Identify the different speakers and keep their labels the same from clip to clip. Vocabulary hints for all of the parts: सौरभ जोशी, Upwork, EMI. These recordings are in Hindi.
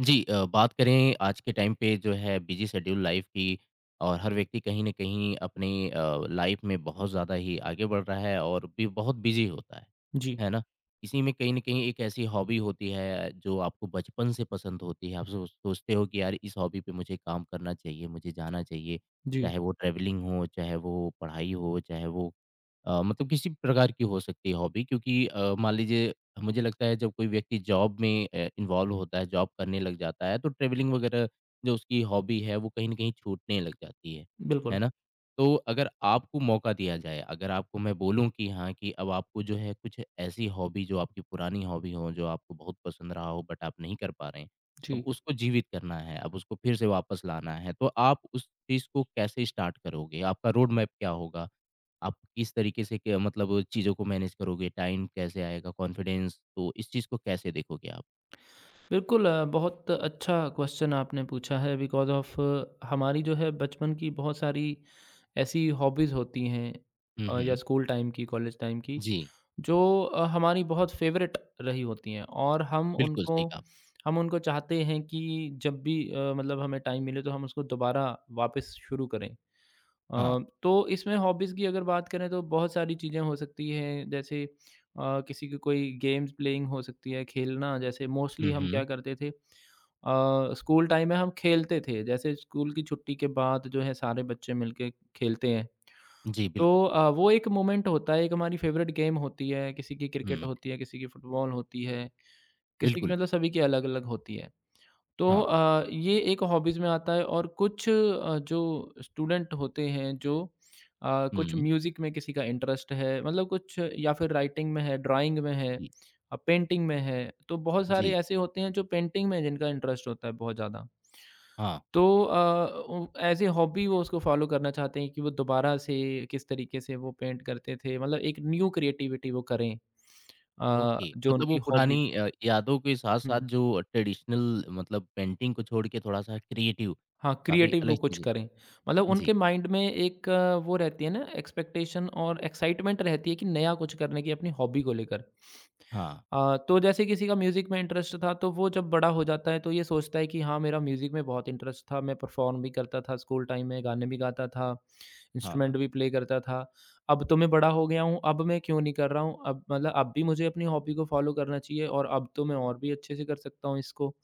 Speaker 1: जी बात करें आज के टाइम पे जो है बिजी शेड्यूल लाइफ की और हर व्यक्ति कहीं न कहीं अपनी लाइफ में बहुत ज़्यादा ही आगे बढ़ रहा है और भी बहुत बिजी होता
Speaker 2: जी,
Speaker 1: है ना? इसी में कहीं न कहीं एक ऐसी हॉबी होती है जो आपको बचपन से पसंद होती है, आप सोचते हो कि यार इस हॉबी पे मुझे काम करना चाहिए, मुझे जाना चाहिए,
Speaker 2: जी,
Speaker 1: चाहे वो ट्रैवलिंग हो, चाहे वो पढ़ाई हो, चाहे वो मतलब किसी भी प्रकार की हो सकती है हॉबी क्योंकि मान लीजिए मुझे लगता है जब कोई व्यक्ति जॉब में इन्वॉल्व होता है, जॉब करने लग जाता है, तो ट्रैवलिंग वगैरह जो उसकी हॉबी है, वो कहीं न कहीं छूटने लग जाती है
Speaker 2: बिल्कुल।
Speaker 1: ना? तो अगर आपको मौका दिया जाए, अगर आपको मैं बोलूँ कि हाँ, कि अब आपको जो है कुछ ऐसी हॉबी जो आपकी पुरानी हॉबी हो, जो आपको बहुत पसंद रहा हो बट आप नहीं कर पा रहे हैं, अब
Speaker 2: जी,
Speaker 1: उसको जीवित करना है, अब उसको फिर से वापस लाना है, तो आप उस चीज़ को कैसे स्टार्ट करोगे? आपका रोड मैप क्या होगा? आप किस तरीके से के मतलब चीज़ों को मैनेज करोगे, टाइम कैसे आएगा, कॉन्फिडेंस तो इस चीज़ को कैसे देखोगे आप?
Speaker 2: बिल्कुल बहुत अच्छा क्वेश्चन आपने पूछा है बिकॉज़ ऑफ़ हमारी जो है बचपन की बहुत सारी ऐसी हॉबीज़ होती हैं,
Speaker 1: हुँ,
Speaker 2: या
Speaker 1: हुँ।
Speaker 2: स्कूल टाइम की, कॉलेज टाइम की,
Speaker 1: जी,
Speaker 2: जो हमारी बहुत फ़ेवरेट रही होती हैं और
Speaker 1: बिल्कुल सही कहा आपने।
Speaker 2: हम उनको चाहते हैं कि जब भी मतलब हमें टाइम मिले तो हम उसको दोबारा वापस शुरू करें।
Speaker 1: हाँ।
Speaker 2: तो इसमें हॉबीज़ की अगर बात करें तो बहुत सारी चीज़ें हो सकती हैं जैसे किसी की कोई गेम्स प्लेइंग हो सकती है, खेलना जैसे मोस्टली
Speaker 1: हुँ,
Speaker 2: हम
Speaker 1: हुँ।
Speaker 2: क्या करते थे, स्कूल टाइम में हम खेलते थे, जैसे स्कूल की छुट्टी के बाद जो है सारे बच्चे मिलके खेलते हैं।
Speaker 1: जी,
Speaker 2: तो
Speaker 1: बिल्कुल।
Speaker 2: वो एक मोमेंट होता है, एक हमारी फेवरेट गेम होती है, किसी की क्रिकेट
Speaker 1: हुँ,
Speaker 2: होती है, किसी की फुटबॉल होती है, किसी की
Speaker 1: बिल्कुल।
Speaker 2: मतलब सभी की अलग-अलग होती है। तो
Speaker 1: हाँ।
Speaker 2: ये एक हॉबीज़ में आता है और कुछ जो स्टूडेंट होते हैं जो कुछ
Speaker 1: हुँ,
Speaker 2: म्यूज़िक में किसी का इंटरेस्ट है मतलब कुछ या फिर राइटिंग में है, ड्राइंग में है,
Speaker 1: जी,
Speaker 2: पेंटिंग में है, तो बहुत सारे
Speaker 1: जी।
Speaker 2: ऐसे होते हैं जो पेंटिंग में जिनका इंटरेस्ट होता है बहुत ज़्यादा।
Speaker 1: हाँ,
Speaker 2: तो एज़ ए हॉबी वो उसको फ़ॉलो करना चाहते हैं कि वो दोबारा से किस तरीके से वो पेंट करते थे मतलब एक न्यू क्रिएटिविटी वो करें,
Speaker 1: ओके।
Speaker 2: जो
Speaker 1: मतलब वो
Speaker 2: उनकी
Speaker 1: पुरानी
Speaker 2: हॉबी
Speaker 1: यादों के साथ-साथ
Speaker 2: हुँ।
Speaker 1: जो ट्रेडिशनल मतलब पेंटिंग को छोड़ के थोड़ा-सा क्रिएटिव,
Speaker 2: हाँ,
Speaker 1: काफ़ी
Speaker 2: क्रिएटिव वो
Speaker 1: अलग
Speaker 2: कुछ
Speaker 1: चीज़ें
Speaker 2: करें। मतलब
Speaker 1: जी,
Speaker 2: उनके माइंड में एक वो रहती है ना एक्सपेक्टेशन और एक्साइटमेंट रहती है कि नया कुछ करने की अपनी हॉबी को लेकर।
Speaker 1: हाँ,
Speaker 2: तो जैसे किसी का म्यूज़िक में इंटरेस्ट था तो वो जब बड़ा हो जाता है तो ये सोचता है कि हाँ, मेरा म्यूज़िक में बहुत इंटरेस्ट था, मैं परफ़ॉर्म भी करता था स्कूल टाइम में, गाने भी गाता था,
Speaker 1: हाँ।
Speaker 2: इंस्ट्रूमेंट भी प्ले करता था। अब तो मैं बड़ा हो गया हूँ, अब मैं क्यों नहीं कर रहा हूँ? अब मतलब अब भी मुझे अपनी हॉबी को फ़ॉलो करना चाहिए और अब तो मैं और भी अच्छे से कर सकता हूँ इसको।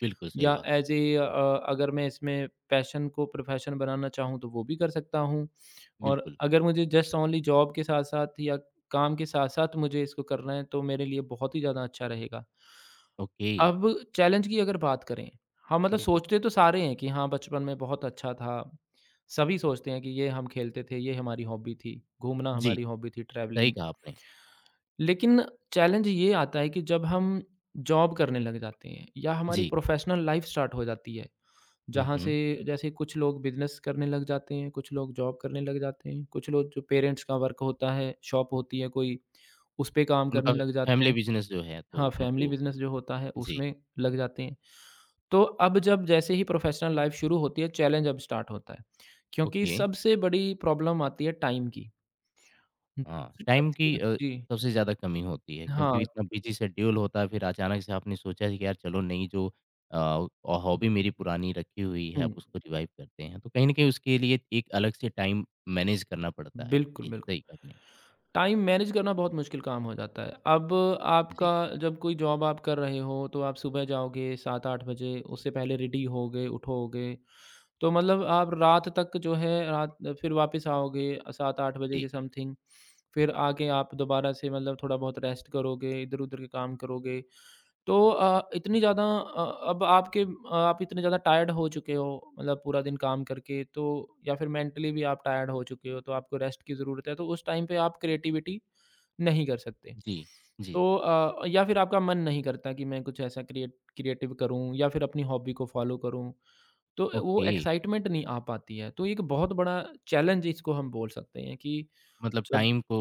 Speaker 1: बिल्कुल सही
Speaker 2: या
Speaker 1: बात,
Speaker 2: अगर मैं इसमें पैशन को प्रोफ़ेशन बनाना चाहूँ तो वो भी कर सकता हूँ। और
Speaker 1: बिल्कुल।
Speaker 2: अगर मुझे जस्ट ओनली जॉब के साथ-साथ या काम के साथ-साथ मुझे इसको करना है तो मेरे लिए बहुत ही ज़्यादा अच्छा रहेगा।
Speaker 1: ओके,
Speaker 2: अब चैलेंज की अगर बात करें, हाँ, मतलब
Speaker 1: बिल्कुल।
Speaker 2: सोचते तो सारे हैं कि हाँ, बचपन में बहुत अच्छा था। सभी सोचते हैं कि ये हम खेलते थे, ये हमारी हॉबी थी, घूमना
Speaker 1: जी,
Speaker 2: हमारी हॉबी थी,
Speaker 1: सही
Speaker 2: ट्रैवलिंग।
Speaker 1: कहा आपने।
Speaker 2: लेकिन चैलेंज ये आता है कि जब हम जॉब करने लग जाते हैं या हमारी
Speaker 1: जी।
Speaker 2: प्रोफ़ेशनल लाइफ़ स्टार्ट हो जाती है
Speaker 1: हुँ,
Speaker 2: जहाँ से
Speaker 1: हुँ।
Speaker 2: जैसे कुछ लोग बिज़नेस करने लग जाते हैं, कुछ लोग जॉब करने लग जाते हैं, कुछ लोग जो पेरेंट्स का वर्क होता है, शॉप होती है कोई, उस पे काम
Speaker 1: उनका
Speaker 2: करने लग जाते
Speaker 1: फैमिली
Speaker 2: हैं।
Speaker 1: बिज़नेस जो है तो
Speaker 2: हाँ, फैमिली
Speaker 1: उनको
Speaker 2: बिज़नेस जो होता है
Speaker 1: जी,
Speaker 2: उसमें लग जाते हैं। तो अब जब जैसे ही प्रोफ़ेशनल लाइफ़ शुरू होती है, चैलेंज अब स्टार्ट होता है, क्योंकि
Speaker 1: ओके।
Speaker 2: सबसे बड़ी प्रॉब्लम आती है टाइम की। हुँ,
Speaker 1: हाँ,
Speaker 2: दूसरी
Speaker 1: टाइम
Speaker 2: आती
Speaker 1: की
Speaker 2: है जी,
Speaker 1: सबसे ज़्यादा कमी होती है क्योंकि
Speaker 2: हाँ,
Speaker 1: इतना बिज़ी शेड्यूल होता है, फिर अचानक से आपने सोचा कि यार चलो नई जो अ, हॉबी मेरी पुरानी रखी हुई है,
Speaker 2: हुँ।
Speaker 1: अब उसको रिवाइव करते हैं। तो कहीं न कहीं उसके लिए एक अलग से टाइम मैनेज करना पड़ता है।
Speaker 2: बिल्कुल,
Speaker 1: जी,
Speaker 2: बिल्कुल।
Speaker 1: सही कहा आपने।
Speaker 2: टाइम मैनेज करना बहुत मुश्किल काम हो जाता है। अब
Speaker 1: जी,
Speaker 2: आपका जब कोई जॉब आप कर रहे हो, तो आप सुबह जाओगे 7-8 बजे, उससे पहले रेडी होगे, उठोगे, तो मतलब आप रात तक जो है रात फिर वापस आओगे 7-8 बजे
Speaker 1: जी,
Speaker 2: के समथिंग, फिर आके आप दोबारा से मतलब थोड़ा बहुत रेस्ट करोगे, इधर-उधर के काम करोगे। तो अ, इतनी ज़्यादा अ, अब आपके अ, आप इतने ज़्यादा टायर्ड हो चुके हो, मतलब पूरा दिन काम करके, तो या फिर मेंटली भी आप टायर्ड हो चुके हो, तो आपको रेस्ट की ज़रूरत है, तो उस टाइम पे आप क्रिएटिविटी नहीं कर सकते।
Speaker 1: जी, जी,
Speaker 2: तो
Speaker 1: जी।
Speaker 2: या फिर आपका मन नहीं करता कि मैं कुछ ऐसा क्रिएटिव करूँ या फिर अपनी हॉबी को फ़ॉलो करूँ, तो वो
Speaker 1: ओके।
Speaker 2: एक्साइटमेंट नहीं आ पाती है। तो एक बहुत बड़ा चैलेंज इसको हम बोल सकते हैं कि
Speaker 1: मतलब
Speaker 2: जब
Speaker 1: टाइम को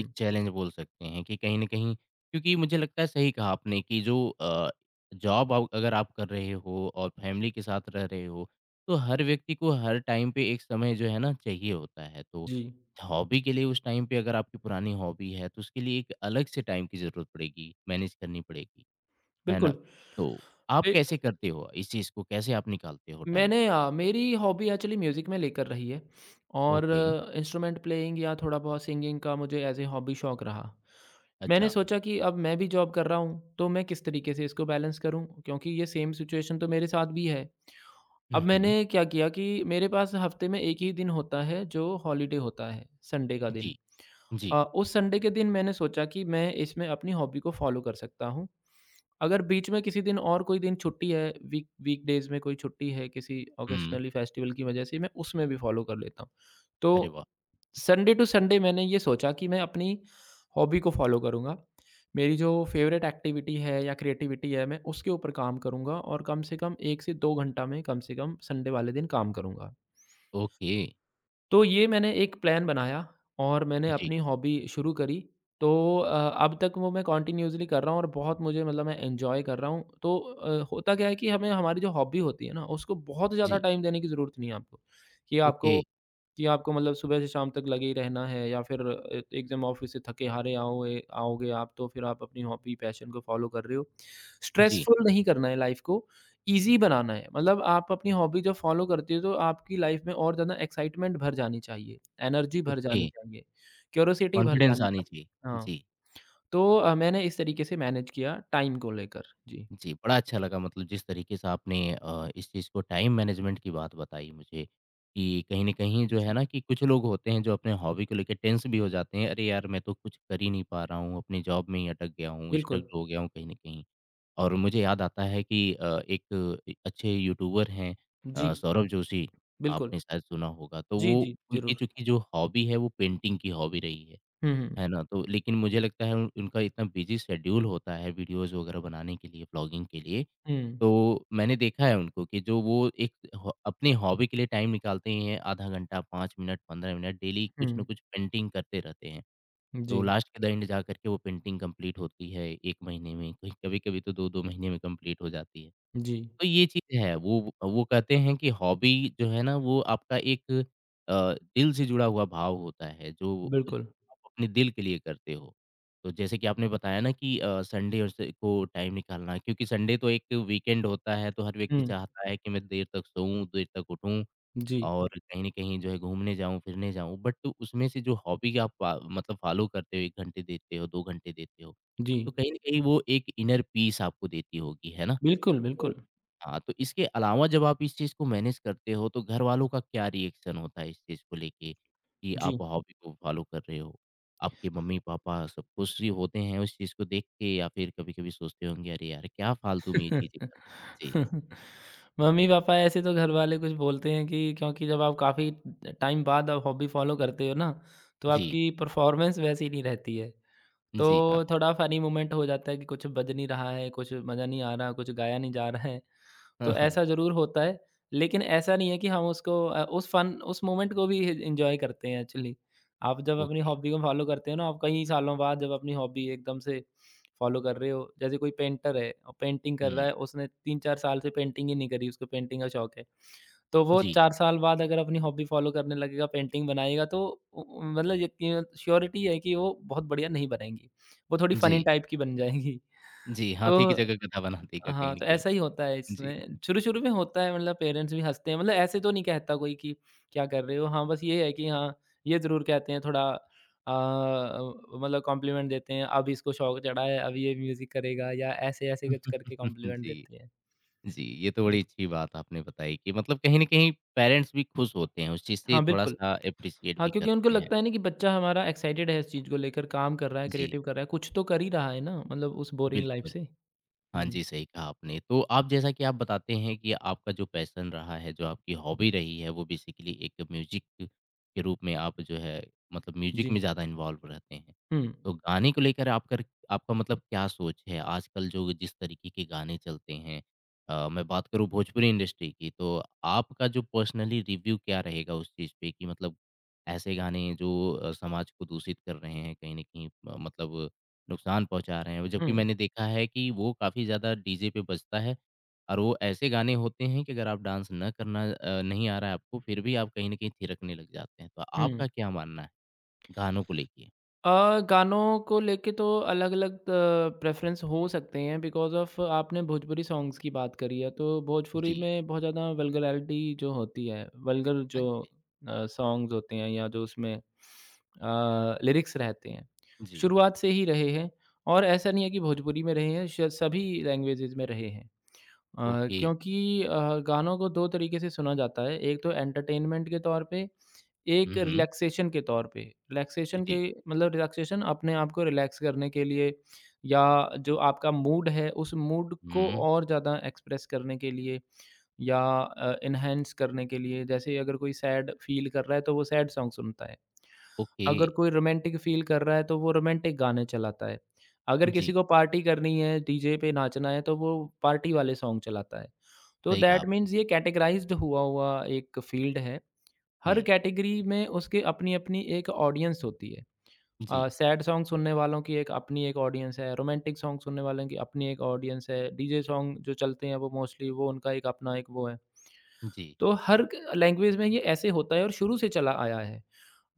Speaker 1: एक चैलेंज बोल सकते हैं कि कहीं न कहीं क्योंकि मुझे लगता है सही कहा आपने कि जो जॉब आप अगर आप कर रहे हो और फैमिली के साथ रह रहे हो, तो हर व्यक्ति को हर टाइम पे एक समय जो है ना चाहिए होता है। तो
Speaker 2: जी,
Speaker 1: हॉबी के लिए उस टाइम पे अगर आपकी पुरानी हॉबी है, तो उसके लिए एक अलग से टाइम की ज़रूरत पड़ेगी, मैनेज करनी पड़ेगी, है ना?
Speaker 2: बिल्कुल।
Speaker 1: तो आप कैसे करते हो इस चीज़ को, कैसे आप निकालते हो टाइम?
Speaker 2: मेरी हॉबी एक्चुअली म्यूज़िक में लेकर रही है और
Speaker 1: ओके,
Speaker 2: इंस्ट्रूमेंट प्लेइंग या थोड़ा बहुत सिंगिंग का मुझे एज़ ए हॉबी शौक रहा। मैंने
Speaker 1: अच्छा।
Speaker 2: सोचा कि अब मैं भी जॉब कर रहा हूँ, तो मैं किस तरीके से इसको बैलेंस करूँ क्योंकि ये सेम सिचुएशन तो मेरे साथ भी है।
Speaker 1: हुँ,
Speaker 2: अब
Speaker 1: हुँ।
Speaker 2: मैंने क्या किया कि मेरे पास हफ़्ते में 1 ही दिन होता है जो हॉलिडे होता है, संडे का
Speaker 1: जी,
Speaker 2: दिन।
Speaker 1: जी।
Speaker 2: उस संडे के दिन मैंने सोचा कि मैं इसमें अपनी हॉबी को फ़ॉलो कर सकता हूँ, अगर बीच में किसी दिन और कोई दिन छुट्टी है, वीकडेज़ में कोई छुट्टी है किसी
Speaker 1: हुँ।
Speaker 2: ऑकेशनली फेस्टिवल की वजह से, मैं उसमें भी फ़ॉलो कर लेता हूँ।
Speaker 1: अरे
Speaker 2: तो
Speaker 1: वाह!
Speaker 2: संडे टू संडे मैंने ये सोचा कि मैं अपनी हॉबी को फ़ॉलो करूँगा। मेरी जो फ़ेवरेट एक्टिविटी है या क्रिएटिविटी है, मैं उसके ऊपर काम करूँगा और कम से कम 1 से 2 घंटा में कम से कम संडे वाले दिन काम करूँगा।
Speaker 1: ओके।
Speaker 2: तो ये मैंने एक प्लान बनाया और मैंने
Speaker 1: जी,
Speaker 2: अपनी हॉबी शुरू करी। तो अ, अब तक वो मैं कंटिन्यूअसली कर रहा हूँ और बहुत मुझे मतलब मैं एन्जॉय कर रहा हूँ। तो होता क्या है कि हमें हमारी जो हॉबी होती है ना, उसको बहुत ज़्यादा
Speaker 1: जी।
Speaker 2: टाइम देने की ज़रूरत नहीं है आपको, कि आपको
Speaker 1: ओके,
Speaker 2: कि आपको मतलब सुबह से शाम तक लगे ही रहना है या फिर एकदम ऑफिस से थके हारे आओगे आओगे आप, तो फिर आप अपनी हॉबी पैशन को फॉलो कर रहे हो।
Speaker 1: जी,
Speaker 2: स्ट्रेसफुल नहीं करना है लाइफ को, ईज़ी बनाना है। मतलब आप अपनी हॉबी जब फॉलो करते हो तो आपकी लाइफ में और ज़्यादा एक्साइटमेंट भर जानी चाहिए, एनर्जी भर
Speaker 1: ओके।
Speaker 2: जानी चाहिए, क्यूरोसिटी भर
Speaker 1: कॉन्फिडेंस
Speaker 2: जानी
Speaker 1: आनी
Speaker 2: चाहिए।
Speaker 1: चाहिए।
Speaker 2: हाँ,
Speaker 1: जी,
Speaker 2: तो मैंने इस तरीके से मैनेज किया टाइम को लेकर। जी,
Speaker 1: जी, बड़ा अच्छा लगा मतलब जिस तरीके से आपने इस चीज़ को टाइम मैनेजमेंट की बात बताई मुझे कि कहीं न कहीं जो है
Speaker 2: जी,
Speaker 1: ना कि कुछ लोग होते हैं जो अपने हॉबी को लेके टेंस भी हो जाते हैं। अरे यार! मैं तो कुछ कर ही नहीं पा रहा हूँ, अपनी जॉब में ही अटक गया हूँ, स्टक
Speaker 2: बिल्कुल।
Speaker 1: हो गया हूँ कहीं न कहीं। और मुझे याद आता है कि एक ए अच्छे यूट्यूबर हैं
Speaker 2: जी,
Speaker 1: सौरभ जोशी,
Speaker 2: बिल्कुल।
Speaker 1: आपने शायद सुना होगा। तो
Speaker 2: जी,
Speaker 1: वो
Speaker 2: जी,
Speaker 1: उनकी
Speaker 2: ज़रूर।
Speaker 1: चूँकि जो हॉबी है वो पेंटिंग की हॉबी रही है।
Speaker 2: हुँ, हुँ।
Speaker 1: है ना? तो लेकिन मुझे लगता है उन उनका इतना बिज़ी शेड्यूल होता है वीडियोज़ वगैरह बनाने के लिए, व्लॉगिंग के लिए,
Speaker 2: हुँ,
Speaker 1: तो मैंने देखा है उनको कि जो वो एक ह अपनी हॉबी के लिए टाइम निकालते ही हैं, आधा घंटा, 5 मिनट, 15 मिनट डेली कुछ ना
Speaker 2: हुँ।
Speaker 1: कुछ पेंटिंग करते रहते हैं।
Speaker 2: जी,
Speaker 1: तो लास्ट के द एंड जा कर के वो पेंटिंग कंप्लीट होती है 1 महीने में, कहीं कभी-कभी तो 2-2 महीने में कंप्लीट हो जाती है।
Speaker 2: जी।
Speaker 1: तो ये चीज़ है, वो कहते हैं कि हॉबी जो है ना वो आपका एक दिल से जुड़ा हुआ भाव होता है, जो
Speaker 2: बिल्कुल।
Speaker 1: आप अपने दिल के लिए करते हो। तो जैसे कि आपने बताया ना कि संडे और स को टाइम निकालना क्योंकि संडे तो एक वीकेंड होता है, तो हर व्यक्ति
Speaker 2: हुँ।
Speaker 1: चाहता है कि मैं देर तक सोऊँ, देर तक उठूँ
Speaker 2: जी,
Speaker 1: और कहीं न कहीं जो है घूमने जाऊँ, फिरने जाऊँ। बट तो उसमें से जो हॉबी आप फ़ा मतलब फ़ॉलो करते हो, 1 घंटे देते हो, 2 घंटे देते हो,
Speaker 2: जी।
Speaker 1: तो कहीं न कहीं वो एक इनर पीस आपको देती होगी, है ना?
Speaker 2: बिल्कुल,
Speaker 1: तो
Speaker 2: बिल्कुल।
Speaker 1: हाँ, तो इसके अलावा जब आप इस चीज़ को मैनेज करते हो तो घरवालों का क्या रिएक्शन होता है इस चीज़ को लेके कि आप
Speaker 2: जी।
Speaker 1: हॉबी को फॉलो कर रहे हो? आपके मम्मी-पापा सब खुश ही होते हैं उस चीज़ को देख के या फिर कभी-कभी सोचते होंगे अरे यार क्या फालतू में ये चीज़ें कर रहा है? जी,
Speaker 2: मम्मी-पापा ऐसे तो घरवाले कुछ बोलते हैं कि क्योंकि जब आप काफ़ी टाइम बाद आप हॉबी फ़ॉलो करते हो ना, तो
Speaker 1: जी,
Speaker 2: आपकी परफ़ॉर्मेंस वैसी नहीं रहती है। तो
Speaker 1: जी हाँ।
Speaker 2: थोड़ा फ़नी मोमेंट हो जाता है कि कुछ बज नहीं रहा है, कुछ मज़ा नहीं आ रहा, कुछ गाया नहीं जा रहा है।
Speaker 1: हाँ,
Speaker 2: तो
Speaker 1: हाँ,
Speaker 2: ऐसा ज़रूर होता है, लेकिन ऐसा नहीं है कि हम उसको उस मोमेंट को भी एन्जॉय करते हैं एक्चुअली। आप जब अपनी
Speaker 1: ओके।
Speaker 2: हॉबी को फ़ॉलो करते हो ना, आप कई सालों बाद जब अपनी हॉबी एकदम से फ़ॉलो कर रहे हो, जैसे कोई पेंटर है और पेंटिंग कर रहा
Speaker 1: हुँ,
Speaker 2: है, उसने 3-4 साल से पेंटिंग ही नहीं करी, उसको पेंटिंग का शौक है। तो वो
Speaker 1: जी,
Speaker 2: 4 साल बाद अगर अपनी हॉबी फ़ॉलो करने लगेगा, पेंटिंग बनाएगा, तो उ उ मतलब यकीन श्योरिटी है कि वो बहुत बढ़िया नहीं बनेगी। वो थोड़ी फ़नी
Speaker 1: जी,
Speaker 2: टाइप की बन जाएगी।
Speaker 1: जी,
Speaker 2: तो
Speaker 1: हाथी की जगह गधा बना देगा कहीं
Speaker 2: हाँ,
Speaker 1: न
Speaker 2: तो
Speaker 1: कहीं।
Speaker 2: ऐसा ही होता है
Speaker 1: जी।
Speaker 2: इसमें। शुरू-शुरू में होता है मतलब पेरेंट्स भी हँसते हैं, मतलब ऐसे तो नहीं कहता कोई कि क्या कर रहे हो? हाँ, बस ये है कि हाँ, ये ज़रूर कहते हैं थोड़ा, अ, मतलब कॉम्प्लीमेंट देते हैं, अब इसको शौक चढ़ा है, अब ये म्यूज़िक करेगा या ऐसे-ऐसे कुछ करके कॉम्प्लीमेंट
Speaker 1: जी।
Speaker 2: देते हैं।
Speaker 1: जी, ये तो बड़ी
Speaker 2: जी।
Speaker 1: अच्छी बात आपने बताई कि मतलब कहीं न कहीं पेरेंट्स भी खुश होते हैं, उस चीज़ से
Speaker 2: हाँ, बिल्कुल।
Speaker 1: थोड़ा-सा एप्रिशिएट
Speaker 2: हाँ,
Speaker 1: भी
Speaker 2: क्योंकि उनको
Speaker 1: करते हैं।
Speaker 2: लगता है ना कि बच्चा हमारा एक्साइटेड है इस चीज़ को लेकर, काम कर रहा है,
Speaker 1: जी,
Speaker 2: क्रिएटिव कर रहा है, कुछ तो कर ही रहा है ना मतलब उस बोरिंग लाइफ़
Speaker 1: बिल्कुल।
Speaker 2: से।
Speaker 1: हाँ
Speaker 2: हुँ,
Speaker 1: जी, सही कहा आपने। तो आप जैसा कि आप बताते हैं कि आपका जो पैशन रहा है, जो आपकी हॉबी रही है, वो बेसिकली एक म्यूज़िक के रूप में आप जो है मतलब म्यूज़िक
Speaker 2: जी।
Speaker 1: में ज़्यादा इन्वॉल्व रहते हैं।
Speaker 2: हुँ।
Speaker 1: तो गाने को लेकर आपकर आपका मतलब क्या सोच है? आजकल जो जिस तरीके के गाने चलते हैं मैं बात करूँ भोजपुरी इंडस्ट्री की, तो आपका जो पर्सनली रिव्यू क्या रहेगा उस चीज़ पे कि मतलब ऐसे गाने जो समाज को दूषित कर रहे हैं कहीं न कहीं मतलब नुकसान पहुँचा रहे हैं।
Speaker 2: हुँ,
Speaker 1: जबकि मैंने देखा है कि वो काफ़ी ज़्यादा डीजे पे बजता है और वो ऐसे गाने होते हैं कि अगर आप डांस न करना अ, नहीं आ रहा है आपको, फिर भी आप कहीं न कहीं थिरकने लग जाते हैं। तो
Speaker 2: हुँ।
Speaker 1: आपका क्या मानना है गानों को लेके?
Speaker 2: गानों को लेके तो अलग-अलग प्रेफ़रेंस हो सकते हैं बिकॉज़ ऑफ़ आपने भोजपुरी सॉन्ग्स की बात करी है, तो भोजपुरी
Speaker 1: जी।
Speaker 2: में बहुत ज़्यादा वल्गैरिटी जो होती है, वल्गर
Speaker 1: हाँ
Speaker 2: जो
Speaker 1: जी।
Speaker 2: सॉन्ग्स होते हैं या जो उसमें लिरिक्स रहते हैं,
Speaker 1: जी।
Speaker 2: शुरुआत से ही रहे हैं और ऐसा नहीं है कि भोजपुरी में रहे हैं, शायद सभी लैंग्वेजेज़ में रहे हैं।
Speaker 1: ओके।
Speaker 2: क्योंकि गानों को 2 तरीके से सुना जाता है, एक तो एंटरटेनमेंट के तौर पे, एक
Speaker 1: हुँ, हुँ।
Speaker 2: रिलैक्सेशन के तौर पे, रिलैक्सेशन के
Speaker 1: जी।
Speaker 2: मतलब रिलैक्सेशन अपने आप को रिलैक्स करने के लिए या जो आपका मूड है, उस मूड को
Speaker 1: हुँ।
Speaker 2: और ज़्यादा एक्सप्रेस करने के लिए या एनहांस करने के लिए, जैसे अगर कोई सैड फ़ील कर रहा है, तो वो सैड सॉन्ग सुनता है।
Speaker 1: ओके।
Speaker 2: अगर कोई रोमांटिक फ़ील कर रहा है, तो वो रोमांटिक गाने चलाता है। अगर किसी
Speaker 1: जी,
Speaker 2: को पार्टी करनी है, डीजे पे नाचना है, तो वो पार्टी वाले सॉन्ग चलाता है। तो
Speaker 1: सही कहा
Speaker 2: दैट
Speaker 1: आपने।
Speaker 2: मीन्स ये कैटेगराइज़्ड हुआ हुआ एक फ़ील्ड है। हर
Speaker 1: हुँ।
Speaker 2: कैटेगरी में उसकी अपनी-अपनी एक ऑडियंस होती है।
Speaker 1: जी,
Speaker 2: सैड सॉन्ग सुनने वालों की एक अपनी एक ऑडियंस है, रोमांटिक सॉन्ग सुनने वालों की अपनी एक ऑडियंस है, डीजे सॉन्ग जो चलते हैं वो मोस्टली वो उनका एक अपना एक वो है।
Speaker 1: जी।
Speaker 2: तो हर क लैंग्वेज में ये ऐसे होता है और शुरू से चला आया है।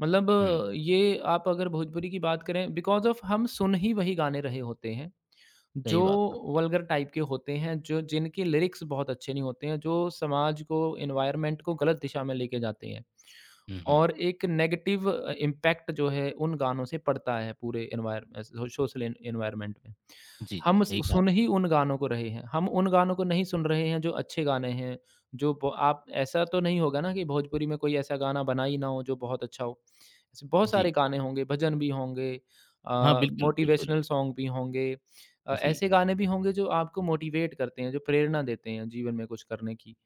Speaker 2: मतलब
Speaker 1: हुँ,
Speaker 2: ये आप अगर भोजपुरी की बात करें बिकॉज़ ऑफ हम सुन ही वही गाने रहे होते हैं,
Speaker 1: सही
Speaker 2: जो
Speaker 1: बात कहा।
Speaker 2: वल्गर टाइप के होते हैं, जो जिनके लिरिक्स बहुत अच्छे नहीं होते हैं, जो समाज को एनवायरनमेंट को गलत दिशा में लेके जाते हैं।
Speaker 1: हुँ, हुँ।
Speaker 2: और एक नेगेटिव इम्पैक्ट जो है उन गानों से पड़ता है पूरे environ uh, so social en environment में।
Speaker 1: जी, जी,
Speaker 2: हम
Speaker 1: सही
Speaker 2: सु
Speaker 1: कहा। आप।
Speaker 2: सुन ही उन गानों को रहे हैं, हम उन गानों को नहीं सुन रहे हैं जो अच्छे गाने हैं, जो ब आप ऐसा तो नहीं होगा ना कि भोजपुरी में कोई ऐसा गाना बना ही ना हो जो बहुत अच्छा हो। ऐसे बहुत
Speaker 1: जी।
Speaker 2: सारे गाने होंगे, भजन भी होंगे,
Speaker 1: हाँ, बिल्कुल, बिल्कुल।
Speaker 2: मोटिवेशनल सॉन्ग भी होंगे।
Speaker 1: जी,
Speaker 2: ऐसे गाने भी होंगे जो आपको मोटिवेट करते हैं, जो प्रेरणा देते हैं जीवन में कुछ करने की।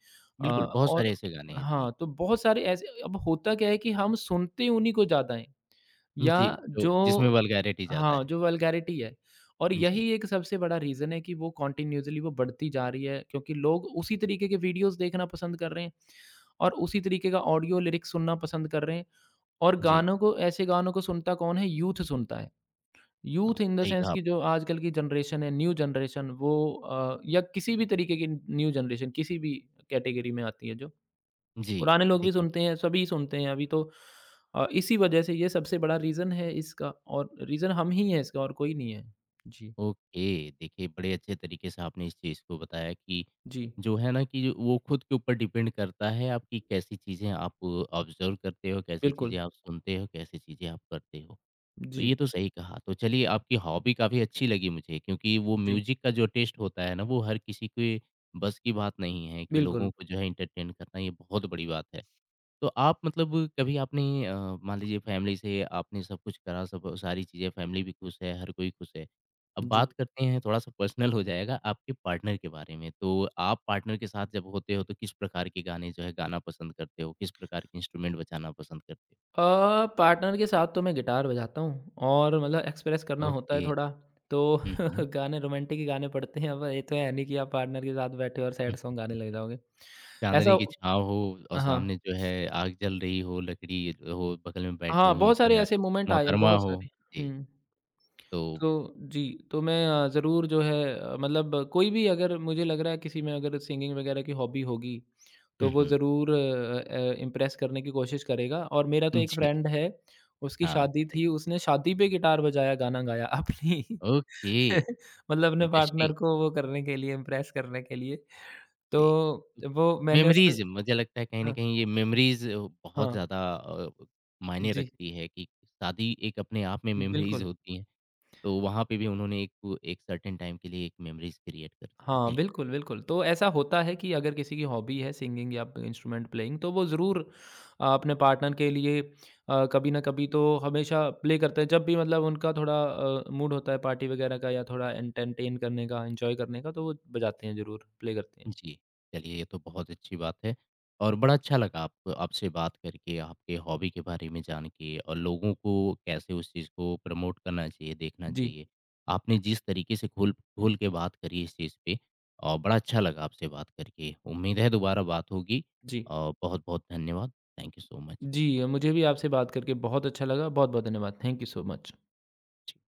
Speaker 1: बिल्कुल, बहुत सारे
Speaker 2: और
Speaker 1: ऐसे गाने हैं। जी।
Speaker 2: हाँ, तो बहुत सारे ऐसे अब होता क्या है कि हम सुनते उन्हीं को ज़्यादा हैं
Speaker 1: जी,
Speaker 2: या
Speaker 1: जो
Speaker 2: जो
Speaker 1: जिसमें वल्गैरिटी ज़्यादा
Speaker 2: हाँ,
Speaker 1: है।
Speaker 2: जो वल्गैरिटी है और
Speaker 1: जी,
Speaker 2: यही एक सबसे बड़ा रीज़न है कि वो कंटिन्यूअसली वो बढ़ती जा रही है क्योंकि लोग उसी तरीके के वीडियोज़ देखना पसंद कर रहे हैं और उसी तरीके का ऑडियो लिरिक्स सुनना पसंद कर रहे हैं और
Speaker 1: जी।
Speaker 2: गानों को ऐसे गानों को सुनता कौन है? यूथ सुनता है।
Speaker 1: हाँ,
Speaker 2: यूथ इन द
Speaker 1: सही
Speaker 2: सेंस
Speaker 1: कहा
Speaker 2: कि
Speaker 1: आपने।
Speaker 2: जो आजकल की जनरेशन है, न्यू जनरेशन वो या किसी भी तरीके की न्यू जनरेशन किसी भी कैटेगरी में आती है जो
Speaker 1: जी,
Speaker 2: पुराने लोग भी
Speaker 1: देखिए
Speaker 2: सुनते हैं, सभी सुनते हैं अभी तो इसी वजह से ये सबसे बड़ा रीज़न है इसका और रीज़न हम ही हैं इसका और कोई नहीं है। जी,
Speaker 1: ओके, देखिए बड़े अच्छे तरीके से आपने इस चीज़ को बताया कि
Speaker 2: जी,
Speaker 1: जो है ना कि वो खुद के ऊपर डिपेंड करता है आप कि कैसी चीज़ें आप ऑब्ज़र्व करते हो, कैसी चीज़ें
Speaker 2: बिल्कुल।
Speaker 1: आप सुनते हो, कैसी चीज़ें आप करते हो। तो
Speaker 2: जी,
Speaker 1: ये तो सही कहा। तो चलिए आपकी हॉबी काफ़ी अच्छी लगी मुझे क्योंकि वो
Speaker 2: जी,
Speaker 1: म्यूज़िक का जो टेस्ट होता है ना, वो हर किसी के बस की बात नहीं है कि लोगों
Speaker 2: बिल्कुल,
Speaker 1: को जो है एंटरटेन करना ये बहुत बड़ी बात है। तो आप मतलब कभी आपने मान लीजिए फैमिली से आपने सब कुछ करा, सब सारी चीज़ें फैमिली भी खुश है, हर कोई खुश है। अब
Speaker 2: जी।
Speaker 1: बात करते हैं थोड़ा-सा पर्सनल हो जाएगा आपके पार्टनर के बारे में। तो आप पार्टनर के साथ जब होते हो तो किस प्रकार के गाने जो है गाना पसंद करते हो? किस प्रकार के इंस्ट्रूमेंट बजाना पसंद करते हो?
Speaker 2: अ, पार्टनर के साथ तो मैं गिटार बजाता हूँ और मतलब एक्सप्रेस करना होता
Speaker 1: ओके।
Speaker 2: है थोड़ा, तो
Speaker 1: हुँ, हुँ।
Speaker 2: गाने रोमांटिक ही गाने पड़ते हैं, अब ये तो है नहीं कि आप पार्टनर के साथ बैठे हो और सैड
Speaker 1: हुँ।
Speaker 2: सॉन्ग गाने लग जाओगे।
Speaker 1: चाँदनी
Speaker 2: ऐसा
Speaker 1: की छाँव हो और
Speaker 2: हाँ,
Speaker 1: सामने जो है आग जल रही हो, लकड़ी हो, बगल में बैठी
Speaker 2: हाँ,
Speaker 1: हुई
Speaker 2: बहुत
Speaker 1: जो
Speaker 2: सारे
Speaker 1: है
Speaker 2: ऐसे मोमेंट आए हैं,
Speaker 1: मोहतरमा
Speaker 2: बहुत
Speaker 1: हो।
Speaker 2: सारे।
Speaker 1: जी,
Speaker 2: हुँ।
Speaker 1: तो
Speaker 2: तो जी, तो मैं ज़रूर जो है मतलब कोई भी अगर मुझे लग रहा है किसी में अगर सिंगिंग वगैरह की हॉबी होगी,
Speaker 1: हुँ,
Speaker 2: तो वो
Speaker 1: हुँ।
Speaker 2: ज़रूर इम्प्रेस करने की कोशिश करेगा और मेरा तो एक
Speaker 1: जी,
Speaker 2: फ्रेंड है, उसकी
Speaker 1: हाँ,
Speaker 2: शादी
Speaker 1: बताइए।
Speaker 2: थी, उसने शादी पे गिटार बजाया, गाना गाया अपनी
Speaker 1: ओके।
Speaker 2: मतलब अपने पार्टनर
Speaker 1: इंटरेस्टिंग,
Speaker 2: को वो करने के लिए, इम्प्रेस करने के लिए। तो
Speaker 1: जी।
Speaker 2: वो मैंने उसको
Speaker 1: मेमोरीज़ मुझे लगता है कहीं न
Speaker 2: हाँ,
Speaker 1: कहीं ये मेमोरीज़ बहुत
Speaker 2: हाँ,
Speaker 1: ज़्यादा मायने
Speaker 2: जी,
Speaker 1: रखती है कि शादी एक अपने आप में मेमोरीज़
Speaker 2: बिल्कुल।
Speaker 1: होती हैं, तो वहाँ पे भी उन्होंने एक एक सर्टेन टाइम के लिए एक मेमोरीज़ क्रिएट कर दिया।
Speaker 2: हाँ,
Speaker 1: जी।
Speaker 2: बिल्कुल, बिल्कुल। तो ऐसा होता है कि अगर किसी की हॉबी है सिंगिंग या इंस्ट्रूमेंट प्लेइंग तो वो ज़रूर अपने पार्टनर के लिए कभी न कभी तो हमेशा प्ले करते हैं। जब भी मतलब उनका थोड़ा मूड होता है पार्टी वगैरह का या थोड़ा एंटरटेन करने का, एन्जॉय करने का तो वो बजाते हैं ज़रूर, प्ले करते हैं।
Speaker 1: जी, चलिए ये तो बहुत अच्छी बात है और बड़ा अच्छा लगा आपको आपसे बात करके, आपके हॉबी के बारे में जान के और लोगों को कैसे उस चीज़ को प्रमोट करना चाहिए, देखना
Speaker 2: जी,
Speaker 1: चाहिए। आपने जिस तरीके से खोल खोल के बात करी इस चीज़ पे और बड़ा अच्छा लगा आपसे बात करके। उम्मीद है दोबारा बात होगी
Speaker 2: जी।
Speaker 1: और बहुत-बहुत धन्यवाद। Thank you so much.
Speaker 2: जी, मुझे भी आपसे बात करके बहुत अच्छा लगा। बहुत-बहुत धन्यवाद। Thank you so much.
Speaker 1: Ji.